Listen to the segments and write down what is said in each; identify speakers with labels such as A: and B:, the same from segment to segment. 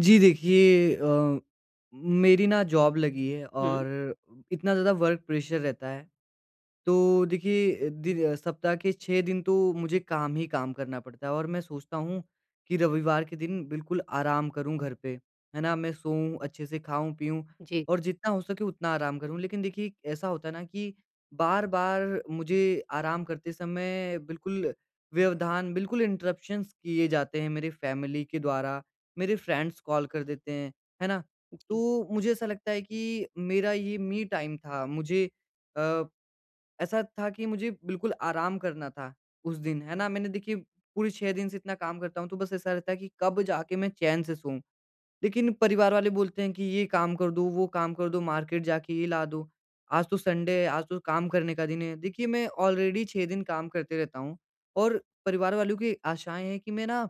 A: जी देखिए मेरी ना जॉब लगी है
B: हुँ।
A: और इतना ज़्यादा वर्क प्रेशर रहता है, तो देखिए दिन सप्ताह के 6 दिन तो मुझे काम ही काम करना पड़ता है और मैं सोचता हूँ कि रविवार के दिन बिल्कुल आराम करूँ घर पे, है ना? मैं सोऊँ, अच्छे से खाऊँ-पीऊँ
B: जी,
A: और जितना हो सके उतना आराम करूँ। लेकिन देखिए ऐसा होता है ना कि बार-बार मुझे आराम करते समय बिल्कुल व्यवधान, बिल्कुल इंटरप्शंस किए जाते हैं मेरे फैमिली के द्वारा, मेरे फ्रेंड्स कॉल कर देते हैं, है ना?
B: जी।
A: तो मुझे ऐसा लगता है कि मेरा ये मी टाइम था, मुझे अ, ऐसा था कि मुझे बिल्कुल आराम करना था उस दिन, है ना? मैंने देखिए पूरे 6 दिन से इतना काम करता हूँ, तो बस ऐसा रहता है कि कब जाके मैं चैन से सोऊँ। लेकिन परिवार वाले बोलते हैं कि ये काम कर दो, वो काम कर दो, मार्केट जाके ये ला दो, आज तो संडे है, आज तो काम करने का दिन है। देखिए मैं ऑलरेडी 6 दिन काम करते रहता हूँ और परिवार वालों की आशाएँ हैं कि मैं ना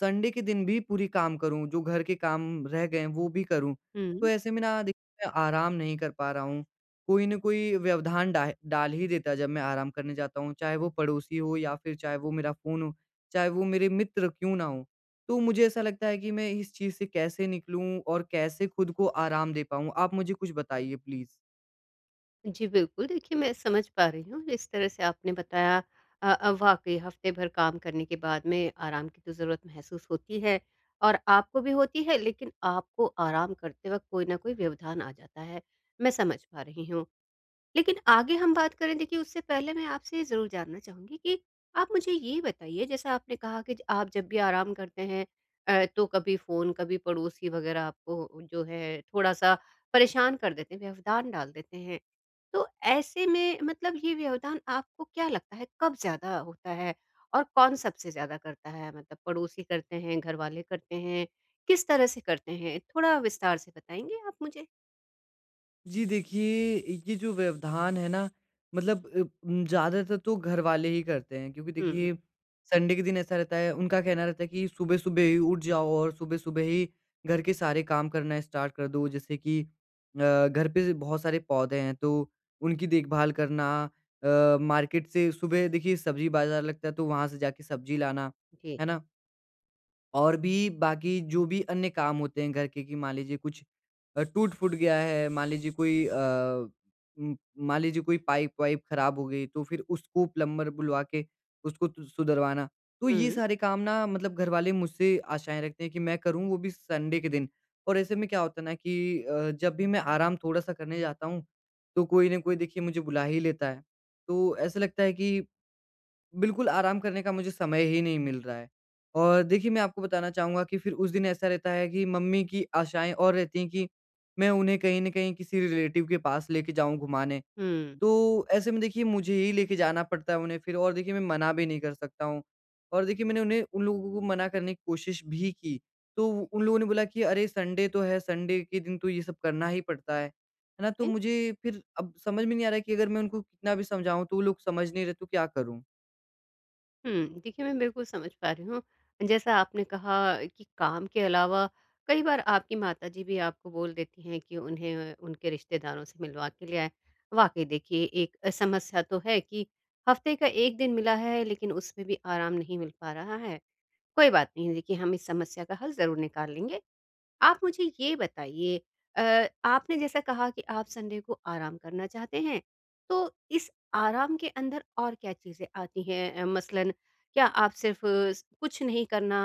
A: संडे के दिन भी पूरी काम करूँ, जो घर के काम रह गए हैं वो भी करूँ। तो
B: हुँ।
A: ऐसे में ना देखिए मैं आराम नहीं कर पा रहा हूँ, कोई न कोई व्यवधान डाह डाल ही देता है जब मैं आराम करने जाता हूँ, चाहे वो पड़ोसी हो या फिर चाहे वो मेरा फ़ोन हो, चाहे वो मेरे मित्र क्यों ना हों। तो मुझे ऐसा लगता है कि मैं इस चीज़ से कैसे निकलूँ और कैसे खुद को आराम दे पाऊँ? आप मुझे कुछ बताइए प्लीज़।
B: जी, बिल्कुल देखिए मैं समझ पा रही हूँ जिस तरह से आपने बताया, वाक़ई हफ़्ते भर काम करने के बाद में आराम की तो ज़रूरत महसूस होती है और आपको भी होती है, लेकिन आपको आराम करते वक़्त कोई न कोई व्यवधान आ जाता है। मैं समझ पा रही हूँ। लेकिन आगे हम बात करें, देखिए उससे पहले मैं आपसे ये ज़रूर जानना चाहूँगी कि आप मुझे ये बताइए, जैसा आपने कहा कि ज आप जब भी आराम करते हैं, तो कभी फ़ोन, कभी पड़ोसी वग़ैरह आपको जो है थोड़ा-सा परेशान कर देते हैं, व्यवधान डाल देते हैं। तो ऐसे में मतलब ये व्यवधान आपको क्या लगता है कब ज़्यादा होता है और कौन सबसे ज़्यादा करता है? मतलब पड़ोसी करते हैं, घरवाले करते हैं, किस तरह से करते हैं? थोड़ा विस्तार से बताएँगे आप मुझे?
A: जी देखिए, ये जो व्यवधान है ना, मतलब ज़्यादातर तो घर वाले ही करते हैं, क्योंकि
B: हुँ, हुँ।
A: देखिए संडे के दिन ऐसा रहता है, उनका कहना रहता है कि सुबह-सुबह ही उठ जाओ और सुबह-सुबह ही घर के सारे काम करना स्टार्ट कर दो। जैसे कि घर पे बहुत सारे पौधे हैं, तो उनकी देखभाल करना, मार्केट से सुबह देखिए सब्ज़ी बाज़ार लगता है, तो वहाँ से जाके सब्ज़ी लाना,
B: जी।
A: है ना? और भी बाकी जो भी अन्य काम होते हैं घर के, कि मान लीजिए कुछ टूट-फूट गया है, मान लीजिए कोई उम, मान लीजिए कोई पाइप-वाइप खराब हो गई, तो फिर उसको प्लम्बर बुलवा के उसको तु सुधरवाना। तो ये
B: हुँ,
A: सारे काम ना, मतलब घरवाले मुझसे आशाएँ रखते हैं कि मैं करूँ, वो भी संडे के दिन। और ऐसे में क्या होता है ना कि जब भी मैं आराम थोड़ा-सा करने जाता हूँ, तो कोई ना कोई देखिए मुझे बुला ही लेता है। तो ऐसा लगता है कि बिल्कुल, आराम करने का मुझे समय ही नहीं मिल रहा है। और देखिए, मैं आपको बताना चाहूँगा कि फिर उस दिन ऐसा रहता है कि मम्मी की आशाएँ और रहती हैं कि मैं उन्हें कहीं न कहीं किसी रिलेटिव के पास लेके जाऊँ घुमाने।
B: हुँ।
A: तो ऐसे में देखिए मुझे ही लेके जाना पड़ता है उन्हें फिर, और देखिए मैं मना भी नहीं कर सकता हूँ। और देखिए मैंने उन्हें उन लोगों को मना करने की कोशिश भी की, तो उन लोगों ने बोला कि अरे! संडे तो है, संडे के दिन तो ये सब करना ही पड़ता है। है ना? तो मुझे फिर अब समझ में नहीं आ रहा है कि अगर मैं उनको कितना भी समझाऊँ तो वो लोग समझ नहीं रहे, तो क्या करूँ?
B: हुँ, देखिए मैं बिल्कुल समझ पा रही हूँ। जैसा आपने कहा कि काम के अलावा कई बार आपकी माताजी भी आपको बोल देती हैं कि उन्हें उनके रिश्तेदारों से मिलवा के ले आएँ। वाक़ई देखिए एक समस्या तो है कि हफ़्ते का 1 दिन मिला है, लेकिन उसमें भी आराम नहीं मिल पा रहा है। कोई बात नहीं, देखिए हम इस समस्या का हल ज़रूर निकाल लेंगे। आप मुझे ये बताइए, आपने जैसा कहा कि आप संडे को आराम करना चाहते हैं, तो इस आराम के अंदर और क्या चीज़ें आती हैं? मसलन क्या आप सिर्फ़ स कुछ नहीं करना,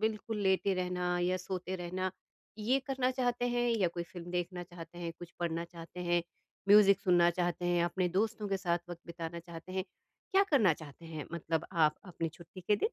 B: बिल्कुल लेटे रहना या सोते रहना, ये करना चाहते हैं, या कोई फ़िल्म देखना चाहते हैं, कुछ पढ़ना चाहते हैं, म्यूज़िक सुनना चाहते हैं, अपने दोस्तों के साथ वक़्त बिताना चाहते हैं? क्या करना चाहते हैं मतलब आप अपनी छुट्टी के दिन?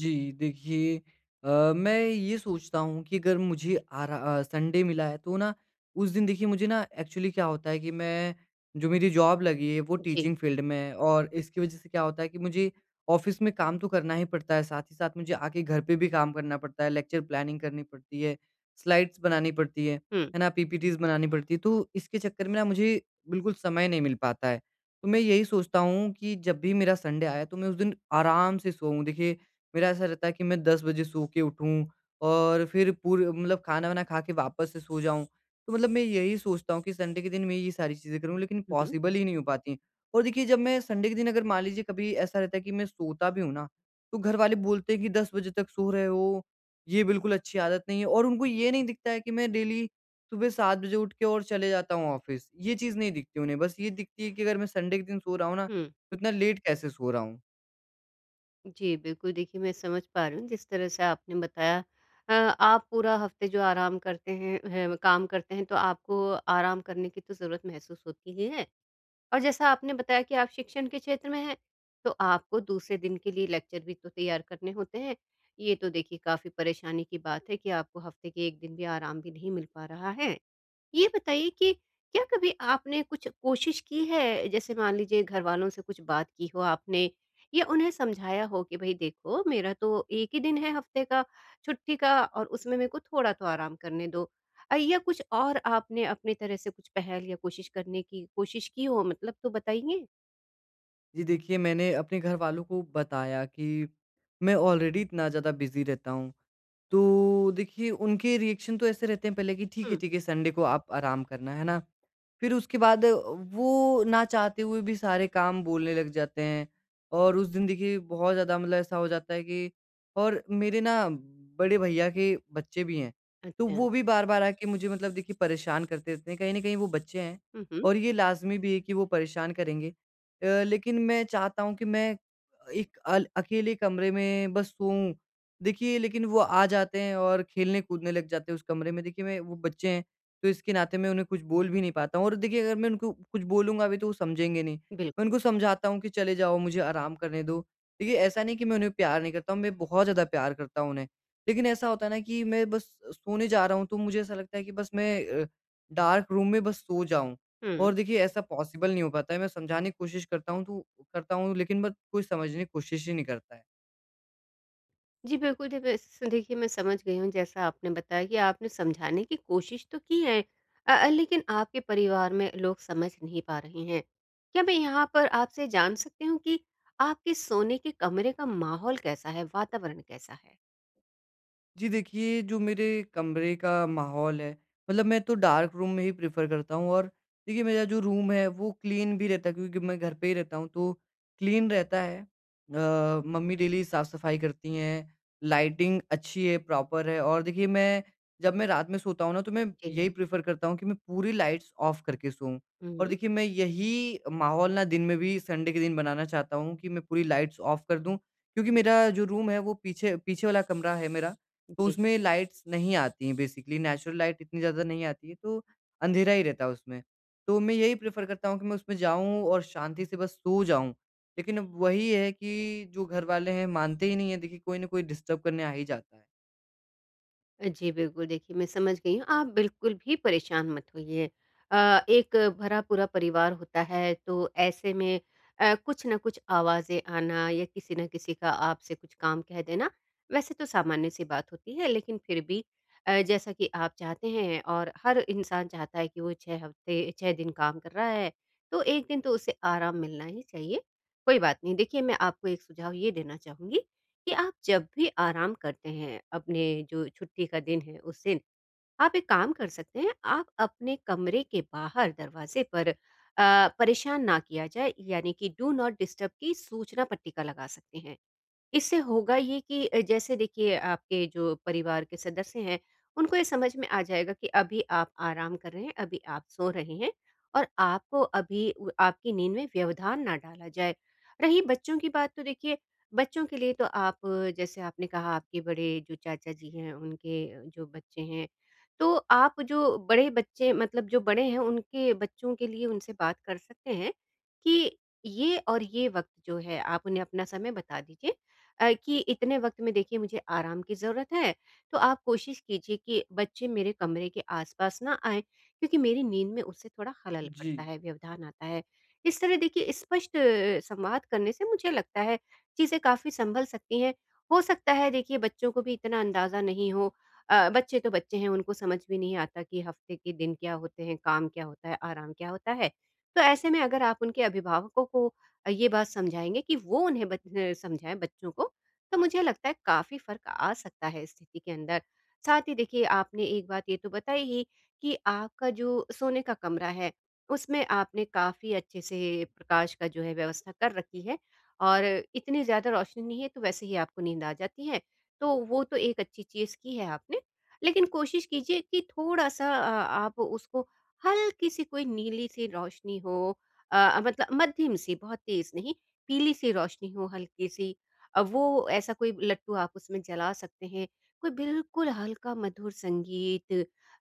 A: जी, देखिए मैं ये सोचता हूँ कि अगर मुझे संडे मिला है, तो ना उस दिन देखिए मुझे ना एक्चुअली क्या होता है कि मैं, जो मेरी जॉब लगी है वो
B: जी।
A: टीचिंग फील्ड में है, और इसकी वज़ह से क्या होता है कि मुझे ऑफ़िस में काम तो करना ही पड़ता है, साथ ही साथ मुझे आके घर पे भी काम करना पड़ता है, लेक्चर प्लानिंग करनी पड़ती है, स्लाइड्स बनानी पड़ती
B: हुँ।
A: है ना? पीपीटीज़ बनानी पड़ती है, तो इसके चक्कर में ना मुझे बिल्कुल समय नहीं मिल पाता है। तो मैं यही सोचता हूँ कि जब भी मेरा संडे आया तो मैं उस दिन आराम से सोऊँ। देखिए मेरा ऐसा रहता है कि मैं 10 बजे सो के उठूँ और फिर पूरे मतलब खाना-वाना खा के वापस से सो जाऊँ। तो मतलब मैं यही सोचता हूँ कि संडे के दिन मैं ये सारी चीज़ें करूँ, लेकिन
B: हुँ, हुँ।
A: पॉसिबल ही नहीं हो पाती। और देखिए जब मैं संडे के दिन, अगर मान लीजिए कभी ऐसा रहता है कि मैं सोता भी हूँ ना, तो घर वाले बोलते हैं कि 10 बजे तक सो रहे हो, ये बिल्कुल अच्छी आदत नहीं है, और उनको ये नहीं दिखता है कि मैं डेली सुबह 7 बजे उठ के और चले जाता हूँ ऑफ़िस। ये चीज़ नहीं दिखती उन्हें, बस ये दिखती है कि अगर मैं संडे के दिन सो रहा हूँ ना,
B: हुँ।
A: तो इतना लेट कैसे सो रहा हूँ।
B: जी, बिल्कुल देखिए मैं समझ पा रही हूँ जिस तरह से आपने बताया, आप पूरा हफ्ते जो आराम करते हैं, काम करते हैं तो आपको आराम करने की तो ज़रूरत महसूस होती ही है। और जैसा आपने बताया कि आप शिक्षण के क्षेत्र में हैं, तो आपको दूसरे दिन के लिए लेक्चर भी तो तैयार करने होते हैं। ये तो देखिए काफ़ी परेशानी की बात है कि आपको हफ्ते के 1 दिन भी आराम भी नहीं मिल पा रहा है। ये बताइए कि क्या कभी आपने कुछ कोशिश की है, जैसे मान लीजिए घरवालों से कुछ बात की हो आपने, या उन्हें समझाया हो कि भई देखो मेरा तो 1 ही दिन है हफ्ते का, छुट्टी का और उसमें मेरे को थोड़ा तो आराम करने दो। या कुछ और आपने अपनी तरह से कुछ पहल या कोशिश करने की कोशिश की हो, मतलब तो बताइए?
A: जी देखिए, मैंने अपने घरवालों को बताया कि मैं ऑलरेडी इतना ज़्यादा बिज़ी रहता हूँ। तो देखिए उनके रिएक्शन तो ऐसे रहते हैं पहले कि
B: हुँ,
A: ठीक है संडे को आप आराम करना, है ना? फिर उसके बाद वो, ना चाहते हुए भी, सारे काम बोलने लग जाते हैं, और उस दिन देखिए बहुत ज़्यादा, मतलब ऐसा हो जाता है कि, और मेरे ना बड़े भैया के बच्चे भी हैं, तो
B: अच्छा।
A: वो भी बार-बार आके मुझे, मतलब देखिए, परेशान करते रहते हैं। कहीं न कहीं वो बच्चे हैं,
B: हुँ, हुँ,
A: और ये लाज़मी भी है कि वो परेशान करेंगे। लेकिन मैं चाहता हूँ कि मैं एक अल अकेले कमरे में बस सोऊँ। देखिए लेकिन वो आ जाते हैं और खेलने-कूदने लग जाते हैं उस कमरे में। देखिए मैं, वो बच्चे हैं, तो इसके नाते मैं उन्हें कुछ बोल भी नहीं पाता हूँ, और देखिए अगर मैं उनको कुछ बोलूँगा भी तो वो समझेंगे नहीं। मैं
B: बिल्कुल।
A: उनको समझाता हूँ कि चले जाओ, मुझे आराम करने दो। देखिए ऐसा नहीं कि मैं उन्हें प्यार नहीं करता हूँ, मैं बहुत ज़्यादा प्यार करता हूँ उन्हें। लेकिन ऐसा होता है ना कि मैं बस सोने जा रहा हूँ, तो मुझे ऐसा लगता है कि बस मैं डार्क रूम में बस सो जाऊँ।
B: हुँ।
A: और देखिए ऐसा पॉसिबल नहीं हो पाता है, मैं समझाने की कोशिश करता हूँ तो करता हूँ, लेकिन बट कोई समझने की कोशिश ही नहीं करता है।
B: जी, बिल्कुल, दे बेस देखिए मैं समझ गई हूँ जैसा आपने बताया कि आपने समझाने की कोशिश तो की है, लेकिन आपके परिवार में लोग समझ नहीं पा रहे हैं। क्या मैं यहाँ पर आपसे जान सकती हूँ कि आपके सोने के कमरे का माहौल कैसा है, वातावरण कैसा है?
A: जी देखिए, जो मेरे कमरे का माहौल है, मतलब मैं तो डार्क रूम में ही प्रेफ़र करता हूँ, और देखिए मेरा जो रूम है वो क्लीन भी रहता है, क्योंकि मैं घर पे ही रहता हूँ, तो क्लीन रहता है। मम्मी डेली साफ़-सफ़ाई करती हैं, लाइटिंग अच्छी है, प्रॉपर है, और देखिए मैं जब मैं रात में सोता हूँ ना, तो मैं
B: जी।
A: यही प्रेफ़र करता हूँ कि मैं पूरी लाइट्स ऑफ़ करके सोऊँ।
B: हुँ,
A: और
B: हुँ।
A: देखिए मैं यही माहौल ना दिन में भी, संडे के दिन, बनाना चाहता हूँ कि मैं पूरी लाइट्स ऑफ़ कर दूँ, क्योंकि मेरा जो रूम है वो पीछे पीछे वाला कमरा है मेरा, तो
B: जी।
A: उसमें लाइट्स नहीं आती हैं, बेसिकली नेचुरल लाइट इतनी ज़्यादा नहीं आती है, तो अंधेरा ही रहता है उसमें। तो मैं यही प्रेफ़र करता हूँ कि मैं उसमें जाऊँ और शांति से बस सो जाऊँ। लेकिन अब वही है कि जो घर वाले हैं मानते ही नहीं हैं, देखिए कोई न कोई डिस्टर्ब करने आ ही जाता है।
B: जी, बिल्कुल, देखिए मैं समझ गई हूँ, आप बिल्कुल भी परेशान मत होइए। एक भरा-पूरा परिवार होता है, तो ऐसे में कुछ ना कुछ आवाज़ें आना या किसी न किसी का आपसे कुछ काम कह देना, वैसे तो सामान्य सी बात होती है, लेकिन फिर भी जैसा कि आप चाहते हैं और हर इंसान चाहता है कि वो 6 हफ़्ते 6 दिन काम कर रहा है, तो 1 दिन तो उसे आराम मिलना ही चाहिए। कोई बात नहीं, देखिए मैं आपको एक सुझाव ये देना चाहूँगी कि आप जब भी आराम करते हैं, अपने जो छुट्टी का दिन है उस दिन, आप एक काम कर सकते हैं, आप अपने कमरे के बाहर दरवाज़े पर परेशान ना किया जाए, यानी कि डू नॉट डिस्टर्ब की सूचना पट्टिका लगा सकते हैं। इससे होगा ये कि जैसे देखिए आपके जो परिवार के सदस्य हैं, उनको ये समझ में आ जाएगा कि अभी आप आराम कर रहे हैं, अभी आप सो रहे हैं और आपको अभी उ आपकी नींद में व्यवधान ना डाला जाए। रही बच्चों की बात, तो देखिए बच्चों के लिए तो आप, जैसे आपने कहा आपके बड़े जो चाचा जी हैं, उनके जो बच्चे हैं, तो आप जो बड़े बच्चे मतलब जो बड़े हैं, उनके बच्चों के लिए उनसे बात कर सकते हैं कि ये और ये वक़्त जो है, आप उन्हें अपना समय बता दीजिए, कि इतने वक्त में देखिए मुझे आराम की ज़रूरत है, तो आप कोशिश कीजिए कि बच्चे मेरे कमरे के आसपास ना आएँ, क्योंकि मेरी नींद में उससे थोड़ा खलल पड़ता
A: जी,
B: है, व्यवधान आता है। इस तरह देखिए स्पष्ट संवाद करने से मुझे लगता है चीज़ें काफ़ी संभल सकती हैं। हो सकता है देखिए बच्चों को भी इतना अंदाज़ा नहीं हो, बच्चे तो बच्चे हैं, उनको समझ भी नहीं आता कि हफ़्ते के दिन क्या होते हैं, काम क्या होता है, आराम क्या होता है। तो ऐसे में अगर आप उनके अभिभावकों को ये बात समझाएँगे कि वो उन्हें समझाएँ बच्चों को, तो मुझे लगता है काफ़ी फ़र्क आ सकता है स्थिति के अंदर। साथ ही देखिए आपने एक बात ये तो बताई ही, कि आपका जो सोने का कमरा है, उसमें आपने काफ़ी अच्छे से प्रकाश का जो है व्यवस्था कर रखी है और इतनी ज़्यादा रोशनी नहीं है तो वैसे ही आपको नींद आ जाती है। तो वो तो एक अच्छी चीज़ की है आपने। लेकिन कोशिश कीजिए कि थोड़ा-सा, आप उसको हल्की-सी कोई नीली-सी रोशनी हो, मतलब मध्यम-सी बहुत तेज़ नहीं, पीली-सी रोशनी हो हल्की-सी, अब वो ऐसा कोई लट्टू आप उसमें जला सकते हैं, कोई बिल्कुल हल्का मधुर संगीत,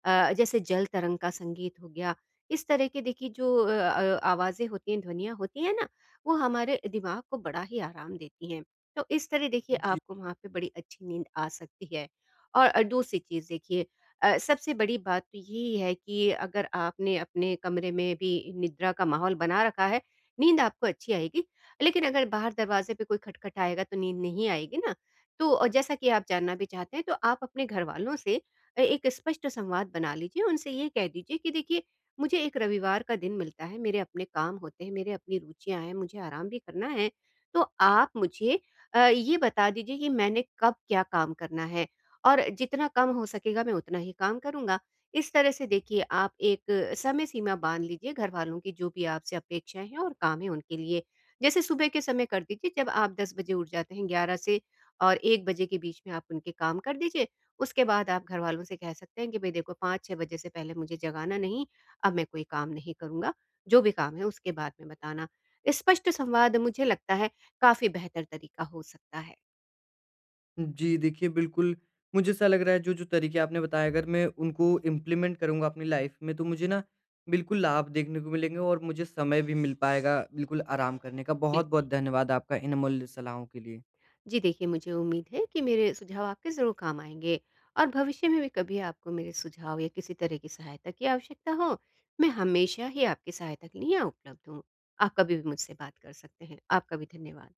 B: जैसे जल तरंग का संगीत हो गया, इस तरह के देखिए जो आवाज़ें होती हैं, ध्वनियाँ होती हैं ना, वो हमारे दिमाग को बड़ा ही आराम देती हैं। तो इस तरह देखिए
A: जी।
B: आपको वहाँ पे बड़ी अच्छी नींद आ सकती है। और दूसरी चीज़ देखिए, सबसे बड़ी बात तो यही है कि अगर आपने अपने कमरे में भी निद्रा का माहौल बना रखा है, नींद आपको अच्छी आएगी, लेकिन अगर बाहर दरवाज़े पे कोई खटखटाएगा तो नींद नहीं आएगी ना। तो जैसा कि आप जानना भी चाहते हैं, तो आप अपने घरवालों से एक स्पष्ट संवाद बना लीजिए। उनसे ये कह दीजिए कि देखिए मुझे एक रविवार का दिन मिलता है, मेरे अपने काम होते हैं, मेरे अपनी रुचियाँ हैं, मुझे आराम भी करना है। तो आप मुझे, ये बता दीजिए कि मैंने कब क्या काम करना है और जितना कम हो सकेगा मैं उतना ही काम करूँगा। इस तरह से देखिए आप एक समय सीमा बाँध लीजिए घरवालों की जो भी आपसे अपेक्षाएँ हैं और काम है उनके लिए। जैसे सुबह के समय कर दीजिए, जब आप 10 बजे उठ जाते हैं, 11 से और 1 बजे के बीच में आप उनके काम कर दीजिए। उसके बाद आप घरवालों से कह सकते हैं कि भई देखो 5-6 बजे से पहले मुझे जगाना नहीं, अब मैं कोई काम नहीं करूँगा, जो भी काम है उसके बाद में बताना। स्पष्ट संवाद मुझे लगता है काफ़ी बेहतर तरीका हो सकता है।
A: जी, देखिए बिल्कुल, मुझे ऐसा लग रहा है जो-जो तरीके आपने बताए, अगर मैं उनको इम्प्लीमेंट करूँगा अपनी लाइफ़ में, तो मुझे ना बिल्कुल लाभ देखने को मिलेंगे, और मुझे समय भी मिल पाएगा बिल्कुल आराम करने का।
B: बिल्कुल।
A: बहुत-बहुत धन्यवाद आपका इन अमूल्य सलाहों के लिए।
B: जी देखिए मुझे उम्मीद है कि मेरे सुझाव आपके ज़रूर काम आएँगे, और भविष्य में भी कभी आपको मेरे सुझाव या किसी तरह की सहायता की आवश्यकता हो, मैं हमेशा ही आपकी सहायता के लिए यहाँ उपलब्ध हूँ। आप कभी भी मुझसे बात कर सकते हैं। आपका भी धन्यवाद।